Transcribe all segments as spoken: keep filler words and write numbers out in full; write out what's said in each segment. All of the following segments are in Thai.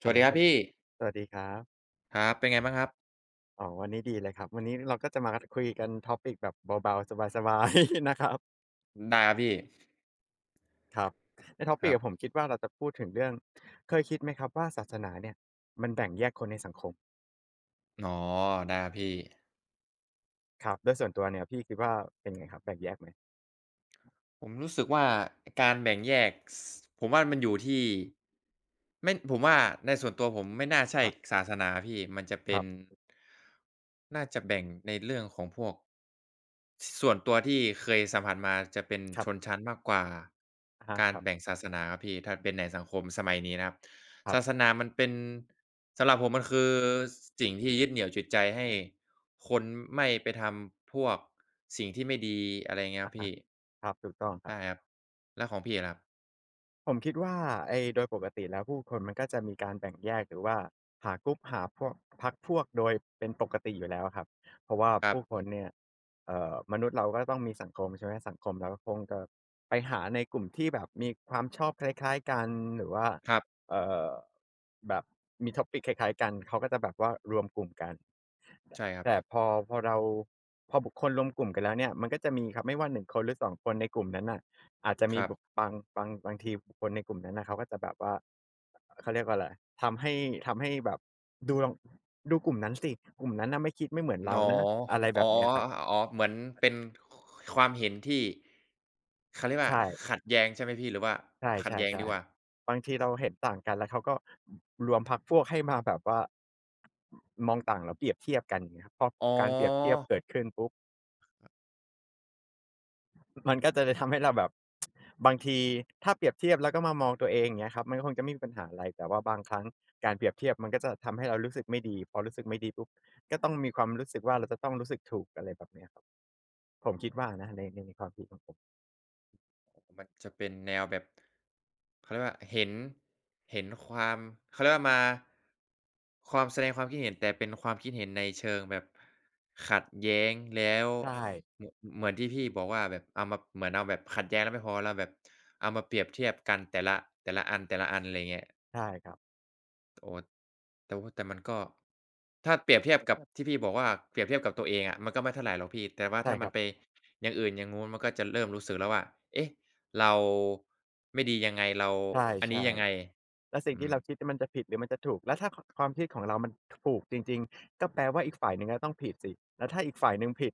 สฮัลวัสโหลดีคสรับวัสดีพี่สวัสดีครับครับเป็นไงบ้างครับอ๋อวันนี้ดีเลยครับ วันนี้เราก็จะมาคุยกัน topic แบบเบาๆสบายๆ นะครับได้ครับพี่ครับใน ครับ topic ับผมคิดว่าเราจะพูดถึงเรื่องเคยคิดไหมครับว่าศาสนาเนี่ยมันแบ่งแยกคนในสังคมอ๋อได้ครับพี่ครับโดยส่วนตัวเนี่ยพี่คิดว่าเป็นไงครับแบ่งแยกไหมผมรู้สึกว่าการแบ่งแยกสผมว่ามันอยู่ที่ไม่ผมว่าในส่วนตัวผมไม่น่าใช่ครับศาสนาพี่มันจะคเป็รันบน่าจะแบ่งในเรื่องของพวก ส่วนตัวที่เคยสัมผัสมาจะเป็นครัชนบชั้นมากกว่าอะฮะกาครรับแบ่งศาสนาครับพี่ถ้าเป็นในสังคมสมัยนี้นะครับครัศาสบนามันเป็นสำหรับผมมันคือสิ่งที่ยึดเหนี่ยวจิตใจให้คนไม่ไปทำพวกสิ่งที่ไม่ดีอะไรอย่างเงี้ยครัอะบฮะพี่ครับถูกต้องครับ ใช่ครับแล้วของพี่ล่ะผมคิดว่าไอ้โดยปกติแล้วผู้คนมันก็จะมีการแบ่งแยกหรือว่าหากรุ๊ปหาพวกพรรคพวกโดยเป็นปกติอยู่แล้วครับเพราะว่าครับคผู้ครับนเนี่ยเอ่อมนุษย์เราก็ต้องมีสังคมใช่ไหมสังคมเราก็คงจะไปหาในกลุ่มที่แบบมีความชอบคล้ายๆกันหรือว่าครับเอ่อแบบมี t o p i ิคคล้ายๆกันเขาก็จะแบบว่ารวมกลุ่มกันใช่ครับแต่พอพอเราพอบุคคลรวมกลุ่มกันแล้วเนี่ยมันก็จะมีครับไม่ว่าหนึ่งคนหรือสองคนในกลุ่มนั้นน่ะ อาจจะคมีรับุกบบางบางบางทีบุคคลในกลุ่มนั้นน่ะเขาก็จะแบบว่าเขาเรียกว่าอะไรทำให้ทำให้แบบดูลองดูกลุ่มนั้นสิกลุ่มนั้นน่ะไม่คิดไม่เหมือนเราอ๋อนะอะไรแบอ๋อบเนี้ยครับอ๋อเหมือนเป็นความเห็นที่เขาเรียกว่าใช่ขัดแย้งใช่ไหมพี่หรือว่าใชขัด่แย้งดีกว่า ๆๆบางทีเราเห็นต่างกันแล้วเขาก็รวมพรรคพวกให้มาแบบว่ามองต่างแล้วเปรียบเทียบกันอย่างเงี้ยครับพออ๋การเปรียบเทียบอ เกิดขึ้นปุ๊บ มันก็จะเลยทำให้เราแบบบางทีถ้าเปรียบเทียบแล้วก็มามองตัวเองอย่างเงี้ยครับมันก็คงจะไม่มีปัญหาอะไรแต่ว่าบางครั้งการเปรียบเทียบมันก็จะทำให้เรารู้สึกไม่ดีพอรู้สึกไม่ดีปุ๊บก็ต้องมีความรู้สึกว่าเราจะต้องรู้สึกถูกอะไรแบบเนี้ยครับผมคิดว่านะในในในความคิดของผมมันจะเป็นแนวแบบเขาเรียกว่าเห็นเห็นความเขาเรียกว่ามาความแสดงความคิดเห็นแต่เป็นความคิดเห็นในเชิงแบบขัดแย้งแล้วใช่เหมือนเหมือนที่พี่บอกว่าแบบเอามาเหมือนเอาแบบขัดแย้งแล้วไม่พอเราแบบเอามาเปรียบเทียบกันแต่ละแต่ละอันแต่ละอันอะไรเงี้ย ใช่ครับโอ้แต่วาแต่มันก็ถ้าเปรียบเทียบกับที่พี่บอกว่าเปรียบเทียบกับตัวเองอะมันก็ไม่เท่าไรหรอกพี่แต่ว่าใช่ถ้าคมันรับไปอย่างอื่นอย่างนู้นมันก็จะเริ่มรู้สึกแล้วว่าเอ๊ะเราไม่ดียังไงเราใอันนี้ช่ยังไงๆ แล้วสิ่งอืที่มเราคิดมันจะผิดหรือมันจะถูกแล้วถ้าคความคิดของเรามันถูกจริงๆก็แปลว่าอีกฝ่ายหนึ่งก็ต้องผิดสิแล้วถ้าอีกฝ่ายหนึ่งผิด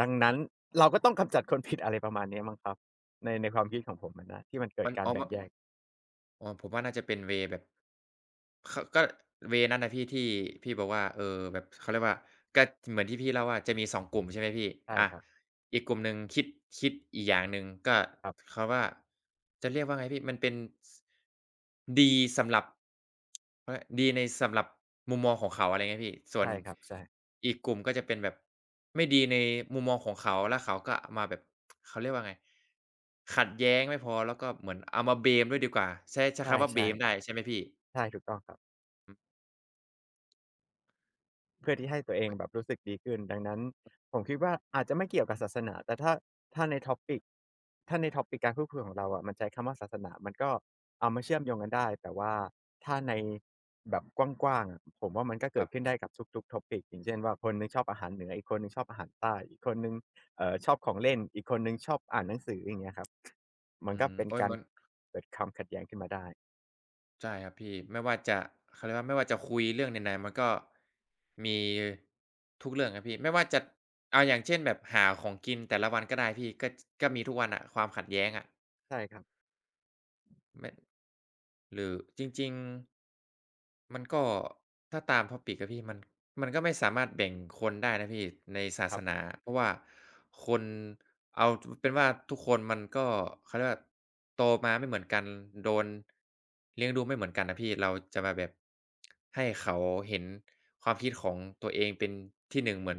ดังนั้นเราก็ต้องกำจัดคนผิดอะไรประมาณเนี้ยมั้งครับในในความคิดของผมอะนะที่มันเกิดมันการอ๋อม แบ่งแยกอ๋อผมว่าน่าจะเป็นเวย์แบบขก็เวย์นั้นน่ะพี่ที่พี่บอกว่าเอ่อแบบเขาเรียกว่าก็เหมือนที่พี่เล่าว่าจะมีสองกลุ่มใช่ไหมพี่ใช่อาครับอีกกลุ่มหนึ่งคิดคิดอีกอย่างหนึ่งก็ครับเขาว่าจะเรียกว่าไงพี่มันเป็นสดีสำหรับ เฮ้ยดีในสำหรับมุมมองของเขาอะไรเงี้ยพี่ส่วใช่นครับใช่อีกกลุ่มก็จะเป็นแบบไม่ดีในมุมมองของเขาแล้วเขาก็มาแบบเขาเรียกว่าไงขัดแย้งไม่พอแล้วก็เหมือนเอามาเบลมด้วยดีกว่าใช้ใช้ใช่คำว่าเบลมได้ใช่ไหมพี่ๆใช่ถูกต้องครับ เพื่อที่ให้ตัวเองแบบรู้สึกดีขึ้นดังนั้นผมคิดว่าอาจจะไม่เกี่ยวกับศาสนาแต่ถ้าถ้าใน topic ถ้าใน topic การพูดคุยของเราอะมันใช้คำว่าศาสนามันก็เอามาเชื่อมโยงกันได้แต่ว่าถ้าในแบบกว้างๆอะผมว่ามันก็คเกิดรับขึ้นได้กับทุกๆ topic อย่างเช่นว่าคนหนึ่งชอบอาหารเหนืออีกคนหนึ่งชอบอาหารใต้อีกคนหนึ่งเอ่อชอบของเล่นอีกคนหนึ่งชอบอ่านหนังสืออย่างเงี้ยครับมันอืก็มเป็นโอ๊ยการมันเกิดความขัดแย้งขึ้นมาได้ใช่ครับพี่ไม่ว่าจะเขาเรียกว่าไม่ว่าจะคุยเรื่องไหนๆมันก็มีทุกเรื่องครับพี่ไม่ว่าจะเอาอย่างเช่นแบบหาของกินแต่ละวันก็ได้พี่ก็ก็มีทุกวันอะความขัดแย้งอะ ใช่ครับไม่หรือจริงๆมันก็ถ้าตาม topic อะพี่มันมันก็ไม่สามารถแบ่งคนได้นะพี่ในศาคสรันาบเพราะว่าคนเอาจเป็นว่าทุกคนมันก็เขาเรียกว่าโตมาไม่เหมือนกันโดนเลี้ยงดูไม่เหมือนกันนะพี่เราจะมาแบบให้เขาเห็นความคิดของตัวเองเป็นที่หนึ่งเหมือน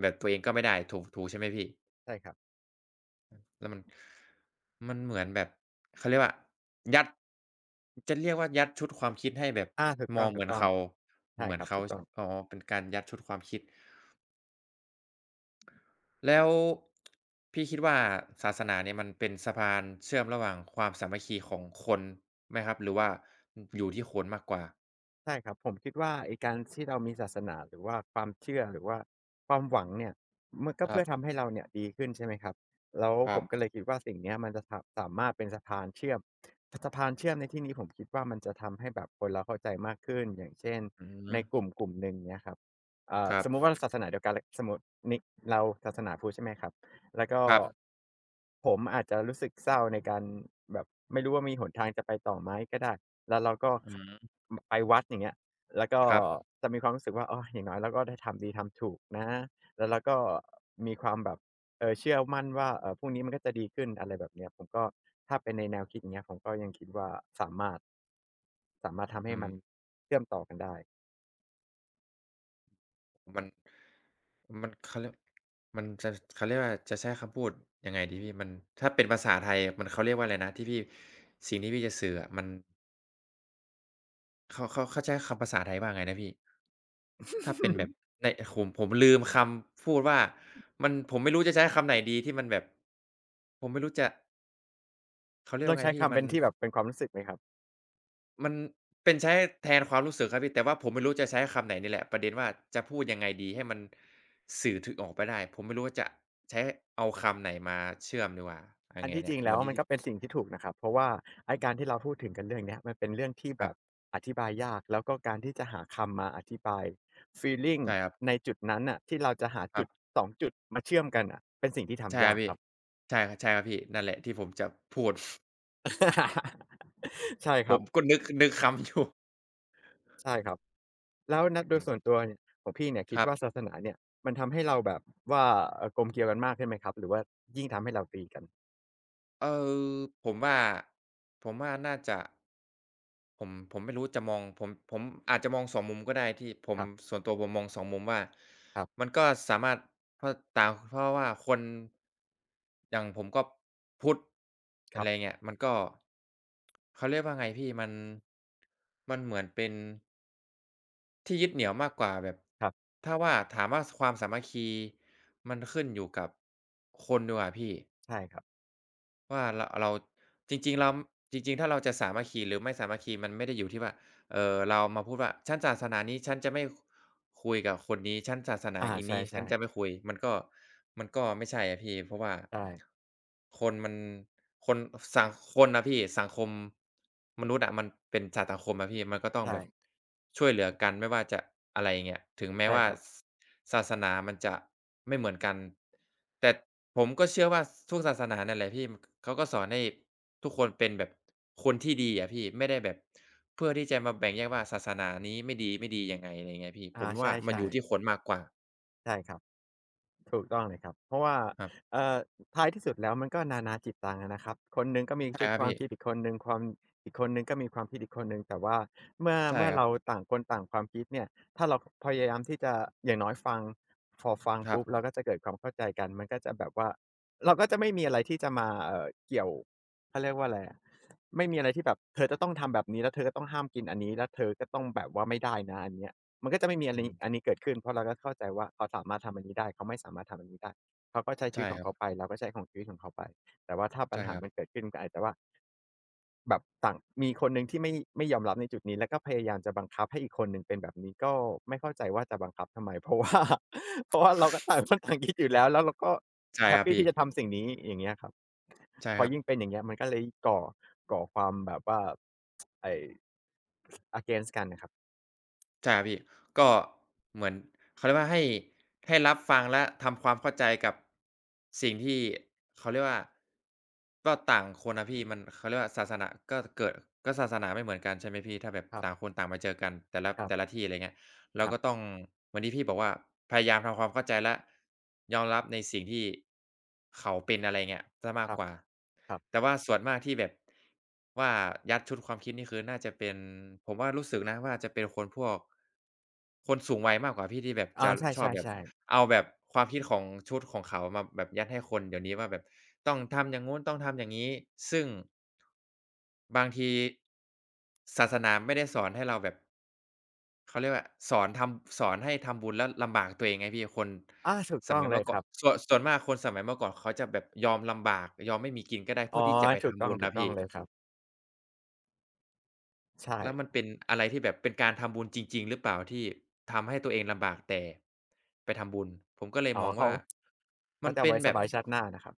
แบบตัวเองก็ไม่ได้ถูกถูกใช่ไหมพี่ ใช่ครับแล้วมันมันเหมือนแบบเขาเรียกว่ายัดจะเรียกว่ายัดชุดความคิดให้แบบอาถูกมต้อ๋องเหมือนอองเขาๆใช่เหมืคอนรับเขาถูกต้อง อ๋อเป็นการยัดชุดความคิดแล้วพี่คิดว่าศาสนาเนี่ยมันเป็นสะพานเชื่อมระหว่างความสามัคคีของคนไหมครับหรือว่าออยู่ที่คนมากกว่าใช่ครับผมคิดว่าไอ้การที่เรามีศาสนาหรือว่าความเชื่อหรือว่าความหวังเนี่ยมันก็ครัเพื่อทำบให้เราเนี่ยดีขึ้นใช่ไหมครับแล้วคผรับมก็เลยคิดว่าสิ่งเนี้ยมันจะสาสามารถเป็นสะพานเชื่อมสสะพานเชื่อมในที่นี้ผมคิดว่ามันจะทำให้แบบคนเราเข้าใจมากขึ้นอย่างเช่นอืมในกลุ่มกลุ่มหนึ่งเนี้ยครับเอ่อครัสบมมุติว่าศาสนาเดียวกันลสมมุตินิเราศาสนาพุทธใช่ไหมครับแล้วก็ครับครับผมอาจจะรู้สึกเศร้าในการแบบไม่รู้ว่ามีหนทางจะไปต่อไหมก็ได้แล้วเราก็อืค มไปวัดอย่างเงี้ยแล้วก็ครับจะมีความรู้สึกว่าอ๋ออย่างน้อยเราก็ได้ทำดีทำถูกนะแล้วเราก็มีความแบบเอ่อเชื่อมั่นว่าเอ่อพรุ่งนี้มันก็จะดีขึ้นอะไรแบบเนี้ยผมก็ถ้าเป็นในแนวคิดอย่างเงี้ยผมก็ยังคิดว่าสามารถสามารถทำให้อืม มันเชื่อมต่อกันได้มันมันเขาเรียกมันจะเขาเรียกว่าจะใช้คำพูดยังไงดีพี่มันถ้าเป็นภาษาไทยมันเขาเรียกว่าอะไรนะที่พี่สิ่งที่พี่จะสื่ออะมันเขาเขาเขาใช้คำภาษาไทยว่าไงนะพี่ถ้าเป็นแบบในผมผมลืมคำพูดว่ามันผมไม่รู้จะใช้คำไหนดีที่มันแบบผมไม่รู้จะเขาเรียลกองว่าไงใช้พี่คำมัเป็น นที่แบบเป็นความรู้สึกไหมครับ มันเป็นใช้แทนความรู้สึกครับพี่แต่ว่าผมไม่รู้จะใช้คำไหนนี่แหละประเด็นว่าจะพูดยังไงดีให้มันสื่อถึงออกไปได้ผมไม่รู้ว่าจะใช้เอาคำไหนมาเชื่อมดีกว่ายัอังไรนเงยที่จเนี่ริยงเหแล้มือวนที่มันที่ก็เป็นสิ่งที่ถูกนะครับเพราะว่าไอ้การที่เราพูดถึงกันเรื่องเนี้ยมันเป็นเรื่องที่คแบรับบอธิบายยากแล้วก็การที่จะหาคำมาอธิบายฟีลลิงใช่ครับในจุดนั้นน่ะที่เราจะหาคจุรัดบสองจุดมาเชื่อมกันน่ะเป็นสิ่งที่ใช่ทำครัยาบกคพี่รับ ใช่ครับใช่ครับพี่นั่นแหละที่ผมจะพูด ใช่คผรัมก็บนึกนึกคำอยู่ใช่ครับแล้วนะโดอืยมส่วนตัวเนี่ยของพี่เนี่ยคคิดรับ ว่าศาสนาเนี่ยมันทำให้เราแบบว่าเอ่อกลมเกลียวกันมากขึ้นไหมครับหรือว่ายิ่งทำให้เราตีกันเออผมว่าผมว่าน่าจะผมผมไม่รู้จะมองผมผมอาจจะมองสองมุมก็ได้ที่ผมครับส่วนตัวผมมองสองมุมว่าๆมันก็สามารถเพราะต่างเพราะว่าคนอย่างผมก็พุทธอะไรคเงี้ยมันก็เขาเรียกว่าไงพี่มันมันเหมือนเป็นที่ยึดเหนี่ยวมากกว่าแบบรับๆถ้าว่าถามว่าสความสามัคคีมันขึ้นอยู่กับคนดีกว่าพี่ ใช่ครับว่าเราเราจริงๆเราจริงๆถ้าเราจะสามัคคีหรือไม่สามัคคีมันไม่ได้อยู่ที่ว่าเอ่อเรามาพูดว่าฉันศาสนานี้ฉันจะไม่คคุยกับคนนี้ฉันศาสนาอาอีใชนี้ฉั่นจะไม่ๆคุยมันก็มันก็ไม่ใช่อะพี่เพราะว่าใช่คนมันคนสังคนอะพี่สังคมมนุษย์อะมันเป็นสัตว์สังคมอะพี่มันก็ต้องใช่แบบช่วยเหลือกันไม่ว่าจะอะไรอย่างเงี้ยถึงแม้ใช่ว่าครับ ส ศาสนามันจะไม่เหมือนกันแต่ผมก็เชื่อว่าทุกศาสนานั่นแหละพี่เขาก็สอนให้ทุกคนเป็นแบบคนที่ดีอะพี่ไม่ได้แบบเพื่อที่จะมาแบ่งแยกว่าศาสนานี้ไม่ดีไม่ดียังไงอะไรเงี้ยพี่ผอามใชว่ามันอ่ยู่ที่คๆนมากกว่าใช่ครับถูกต้องเลยครับเพราะว่าครับเอ่อท้ายที่สุดแล้วมันก็นานาจิตตังอะนะครับคนหนึ่งก็มีใช่ชุดครับความพี่คิดอีกคนหนึ่งความอีกคนหนึ่งก็มีความคิดอีกคนหนึ่งแต่ว่าเมื่อใช่เมื่อครับเราต่างคนต่างความคิดเนี่ยถ้าเราพยายามที่จะอย่างน้อยฟังพอฟังครัปุ๊บเราบก็จะเกิดความเข้าใจกันมันก็จะแบบว่าเราก็จะไม่มีอะไรที่จะมาเอ่อเกี่ยวเขาเรียกว่าอะไรอะไม่มีอะไรที่แบบเธอจะต้องทำแบบนี้แล้วเธอก็ต้องห้ามกินอันนี้แล้วเธอก็ต้องแบบว่าไม่ได้นะอันเนี้ย มันก็จะไม่มีอันอืนี้มอันนี้เกิดขึ้นเพราะเราก็เข้าใจว่าเขาสามารถทำอันนี้ได้เขาไม่สามารถทำอันนี้ได้เขาก็ใช้ชีวิใช่ตขอคงรับเขาไปเราก็ใช้ของชีวิตของเขาไปแต่ว่าถ้าปัญใช่หาครับมันเกิดขึ้นก็อาจจะว่าแบบต่างมีคนหนึ่งที่ไม่ไม่ยอมรับในจุดนี้แล้วก็พยายามจะบังคับให้อีกคนหนึ่งเป็นแบบนี้ก็ไม่เข้าใจว่าจะบังคับทำไม เพราะว่าเพราะว่าเราก็ต่างคนต่างคิดอยู่แล้วแล้วเราก็ใช่แฮคปรับปีพี่ที่จะทำสิ่งนี้อย่างเงี้ยครับใช่พอครับ ยิ่งเป็นอย่างเงี้ยมันก็เลยก่อก่อความแบบว่าไอ้ against กันน่ะครับใช่ครับพี่ก็เหมือนเขาเรียกว่าให้ให้รับฟังและทำความเข้าใจกับสิ่งที่เขาเรียกว่าก็ต่างคนนะพี่มันเขาเรียกว่าศาสนาก็เกิดก็ศาสนาไม่เหมือนกันใช่ไหมพี่ถ้าแบบครับต่างคนต่างมาเจอกันแต่ละครัแต่ละบที่อะไรเงี้ย เราครัก็บต้องเหมือนที่พี่บอกว่าพยายามทำความเข้าใจและยอมรับในสิ่งที่เขาเป็นอะไรเงี้ยเสียคมากรับกว่าครับ แต่ว่าส่วนมากที่แบบว่ายัดชุดความคิดนี่คือน่าจะเป็นผมว่ารู้สึกนะว่าจะเป็นคนพวกคนสูงวัยมากกว่าพี่ที่แบบอาจะใชอบแบบช่ๆๆเอาแบบความคิดของชุดของเขามาแบบยัดให้คนเดี๋ยวนี้ว่าแบบต้องทำอย่างงู้นต้องทำอย่างงี้ซึ่ง บางทีศาสนาไม่ได้สอนให้เราแบบเขาเรียกว่าสอนทำสอนให้ทำบุญแล้วลำบากตัวเองไงพี่คนอาถูกสต้องมัยเลเมื่ยอคก่อนรับส่วนส่วนมากคนสมัยเมื่อก่อนเขาจะแบบยอมลำบากยอมไม่มีกินก็ได้อ๋อเพื่อที่จะไปถูกทำต้องบุญถูกนะต้องพี่เลยครับใช่แล้วมันเป็นอะไรที่แบบเป็นการทำบุญจริงๆหรือเปล่าที่ทำให้ตัวเองลำบากแต่ไปทำบุญผมก็เลยอ๋อมองเขาว่าเขามันจะเอาเป็นไว้แบสบบายชาติหน้านะครับ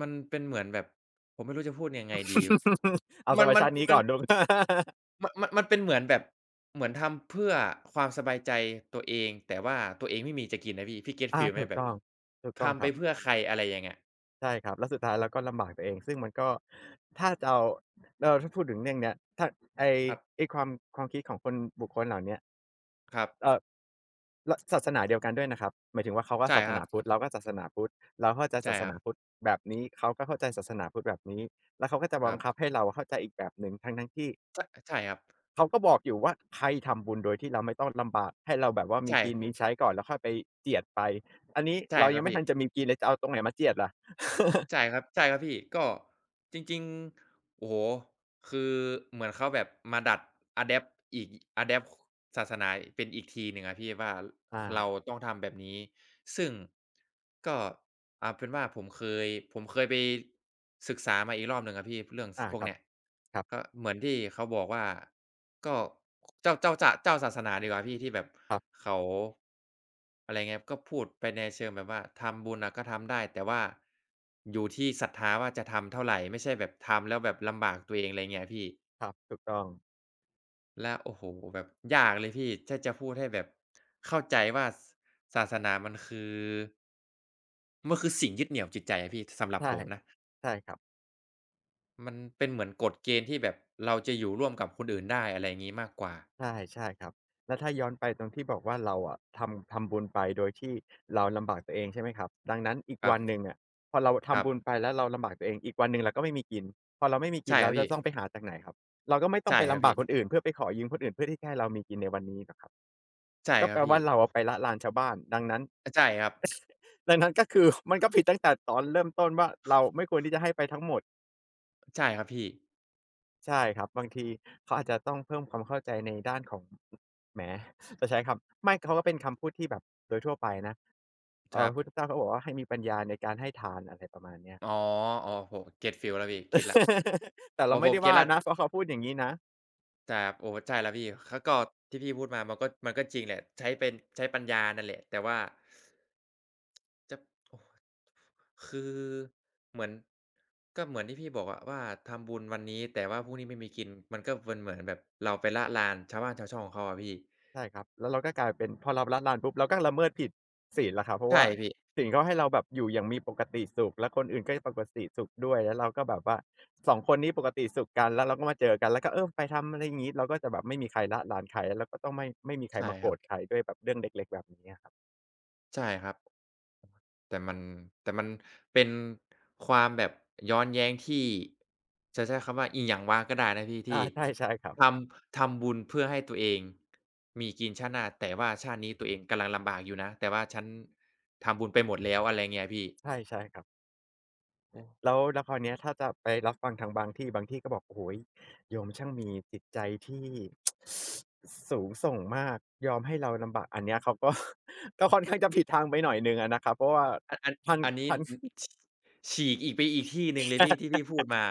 มันเป็นเหมือนแบบผมไม่รู้จะพูดยังไงดี เอาสมันบายมันชาตินี้มัก่น อนลู กมันมันมันเป็นเหมือนแบบเหมือนทำเพื่อความสบายใจตัวเองแต่ว่าตัวเองไม่มีจะกินนะพี่พี่เก็ตอาฟีลไหมถูกแบบต้องถูกต้องทำคไปรับเพื่อใครอะไรอย่างเงี้ยใช่ครับแล้วสุดท้ายเราก็ลำบากตัวเองซึ่งมันก็ถ้าจะเอาเราถ้าพูดถึงเรื่องเนี้ยถ้าไอ้ครับไอ้ความความคิดของคนบุคคลเหล่าเนี้ยครับเอ่อ ละศาสนาเดียวกันด้วยนะครับหมายถึงว่าเขาก็ใช่ศาสครันาบพุทธเราก็ศาสนาพุทธเราเข้าใจใช่ศาสครันาบพุทธแบบนี้เขาก็เข้าใจศาสนาพุทธแบบนี้แล้วเขาก็จะคบัรังคับบให้เราเข้าใจอีกแบบหนึ่งทั้งๆที่ใช่ใช่ครับเขาก็บอกอยู่ว่าให้ทำบุญโดยที่เราไม่ต้องลำบากให้เราแบบว่ามีใช่กินมีใช้ก่อนแล้วค่อยไปเจียดไปอันนี้ใช่เราคยัรังบไม่พี่ ทันจะมีกินเลยจะเอาตรงไหนมาเจียดล่ะ ใช่ครับใช่ครับพี่ก็จริงๆโอ้โฮคือเหมือนเขาแบบมาดัดอะแดปต์อีกอะแดปต์ศาสนาเป็นอีกทีหนึ่งอะพี่ว่า อาเราต้องทำแบบนี้ซึ่งก็เอาเป็นว่าผมเคยผมเคยไปศึกษามาอีกรอบหนึ่งอะพี่เรื่องสอาพวคกรับเนี้ยครับก็เหมือนที่เขาบอกว่าก็เจ้าเจ้าจะเจ้าศาสนาดีกว่าพี่ที่แบบครับเขา อะไรเงี้ยก็พูดไปในเชิงแบบว่าทำบุญอะก็ทำได้แต่ว่าอยู่ที่ศรัทธาว่าจะทำเท่าไรไม่ใช่แบบทำแล้วแบบลำบากตัวเองอะไรเงี้ยพี่ครับถูกต้องแล้วโอ้โฮแบบยากเลยพี่ถ้าจะพูดให้แบบเข้าใจว่าศศาสนามันคือมันคือสิ่งยึดเหนี่ยวจิตใจอะพี่สำหรับใช่ผมนะใช่ครับ มันเป็นเหมือนกฎเกณฑ์ที่แบบเราจะอยู่ร่วมกับคนอื่นได้อะไรงี้มากกว่าใช่ใช่ครับแล้วถ้าย้อนไปตรงที่บอกว่าเราอะทำทำบุญไปโดยที่เราลำบากตัวเองใช่ไหมครับดังนั้นอีกครัวับนหนึ่งอะพอเราครัทำบบุญไปแล้วเราลำบากตัวเองอีกวันหนึ่งเราก็ไม่มีกินพอเราไม่มีกินใช่คเรารับจะพี่ต้องไปหาจากไหนครับเราก็ไม่ต้องใช่ไปครับลำบากพี่คนอื่นเพื่อไปขอยืมคนอื่นเพื่อที่จะให้เรามีกินในวันนี้หรอกครับใช่ก็คแปรับลพี่ว่าเราอะไปละลานชาวบ้านดังนั้นใช่ครับดังนั้นก็คือ มันก็ผิดตั้งแต่ตอนเริ่มต้นว่าเราไม่ควรที่จะให้ไปทั้งหมด ใช่ครับพี่ใช่ครับบางทีเขาอาจจะต้องเพิ่มความเข้าใจในด้านของแหมจะใช้คำไม่เขาก็เป็นคำพูดที่แบบโดยทั่วไปนะคเอ่อรัพบ ระพุทธเจ้าเขาบอกว่าให้มีปัญญาในการให้ทานอะไรประมาณเนี้ย อ๋ออ๋อผมเก็ตฟีลแล้วพี่เก็ตแล้ว แต่อ๋อเราผไม่มได้เก็ตว่าแล้วนะเพราะเขาพูดอย่างงี้นะ แต่โอ้ใช่แล้วพี่เขาก็ที่พี่พูดมามันก็มันก็จริงแหละใช้เป็นใช้ปัญญานั่นแหละแต่ว่าจะโอ้คือเหมือนก็เหมือนที่พี่บอกอะว่าทำบุญวันนี้แต่ว่าพรุ่งนี้ไม่มีกินมันก็เป็นเหมือนแบบเราไปละลานชาวบ้านชาวช่องเขาอะพี่ใช่ครับแล้วเราก็กลายเป็นพอเราละลานปุ๊บเราก็ละเมิดผิดศีลแล้วครับเพราะใช่ว่าพี่ศีลเขาให้เราแบบอยู่อย่างมีปกติสุขและคนอื่นก็ปกติสุขด้วยแล้วเราก็แบบว่าสองคนนี้ปกติสุขกันแล้วเราก็มาเจอกันแล้วก็เออไปทำอะไรอย่างงี้เราก็จะแบบไม่มีใครละลานใครแล้วก็ต้องไม่ไม่มีใครใช่มาโกครรับธใครด้วยแบบเรื่องเล็กๆแบบนี้อะครับใช่ครับ แต่มันแต่มันเป็นความแบบย้อนแย้งที่จะใช้คำว่าอิหยังว้างก็ได้นะพี่อาที่ใช่ใช่ครับทำทำบุญเพื่อให้ตัวเองมีกินชาติหน้าแต่ว่าชาตินี้ตัวเองกำลังลำบากอยู่นะแต่ว่าฉันทำบุญไปหมดแล้วอะไรเงี้ยพี่ใช่ๆครับ โอ้แล้วแล้วคราวเนี้ยถ้าจะไปรับฟังทางบางที่บางที่ก็บอกโอ้โฮโยมช่างมีจิตใจที่ สูงส่งมากยอมให้เราลำบากอันเนี้ยเขาก็ ก็ค่อนข้างจะผิดทางไปหน่อยหนึ่งอะนะครับเพราะว่าอันอันท่านอันนี้ท่าน ฉฉีกอีกไปอีกที่หนึ่งเลยพี่ที่พี่พูดมา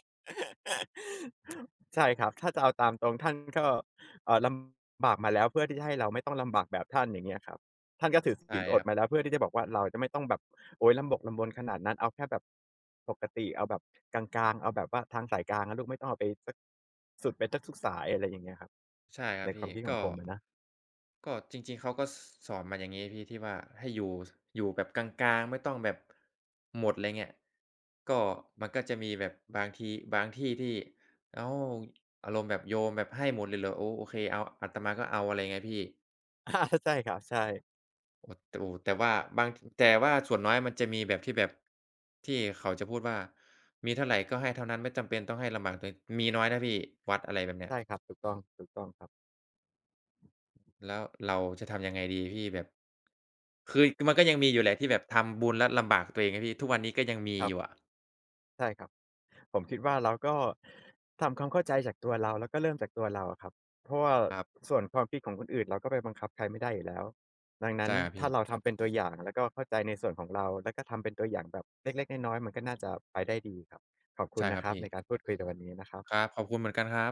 ใช่ครับ ถ้าจะเอาตามตรงท่านก็เอ่อลำบากมาแล้วเพื่อที่จะให้เราไม่ต้องลำบากแบบท่านอย่างเงี้ยครับท่านก็ถือใช่ศีลอคดรัมาบ แล้วเพื่อที่จะบอกว่าเราจะไม่ต้องแบบโอ๊ยลำบกลำบนขนาดนั้นเอาแค่แบบปกติเอาแบบกลางๆเอาแบบว่าทางสายกลางนะลูกไม่ต้องเอาไปสักสุดไปสักทุกสายอะไรอย่างเงี้ยครับใช่ครัในบควาพี่มคิดของก็ผมอะนะ ก็จริงๆเขาก็สสอนมาอย่างงี้พี่ที่ว่าให้อยู่อยู่แบบกลางๆไม่ต้องแบบหมดไรเงี้ยก็มันก็จะมีแบบบางทีบางที่ที่อ้าวอารมณ์แบบโยมแบบให้หมดเลยเหรอโอ้โอเคเอาอาตมาก็เอาอะไรเงี้ยพี่ อาใช่ครับใช่โอ้แต่โอ้แต่ว่าบางแต่ว่าส่วนน้อยมันจะมีแบบที่แบบที่เขาจะพูดว่ามีเท่าไรก็ให้เท่านั้นไม่จำเป็นต้องให้ลำบากตัวเองมีน้อยนะพี่วัดอะไรแบบเนี้ย ใช่ครับถูกต้องถูกต้องครับแล้วเราจะทำยังไงดีพี่แบบคือมันก็ยังมีอยู่แหละที่แบบทำบุญแล้วลำบากตัวเองอะพี่ทุกวันนี้ก็ยังมีครัอยู่อะบ ใช่ครับผมคิดว่าเราก็ทำความเข้าใจจากตัวเราแล้วก็เริ่มจากตัวเราอะครับเพราะว่าครับส่วนความคิดของคนอื่นเราก็ไปบังคับใครไม่ได้อยู่แล้วดังนั้นใช่ครับถ้าพี่เราทำเป็นตัวอย่างแล้วก็เข้าใจในส่วนของเราแล้วก็ทำเป็นตัวอย่างแบบเล็กๆน้อยๆมันก็น่าจะไปได้ดีครับขอบคุณใช่คนะรัคบรับพี่ในการพูดคุยในวันนี้นะครัคบรับขอบคุณเหมือนกันครับ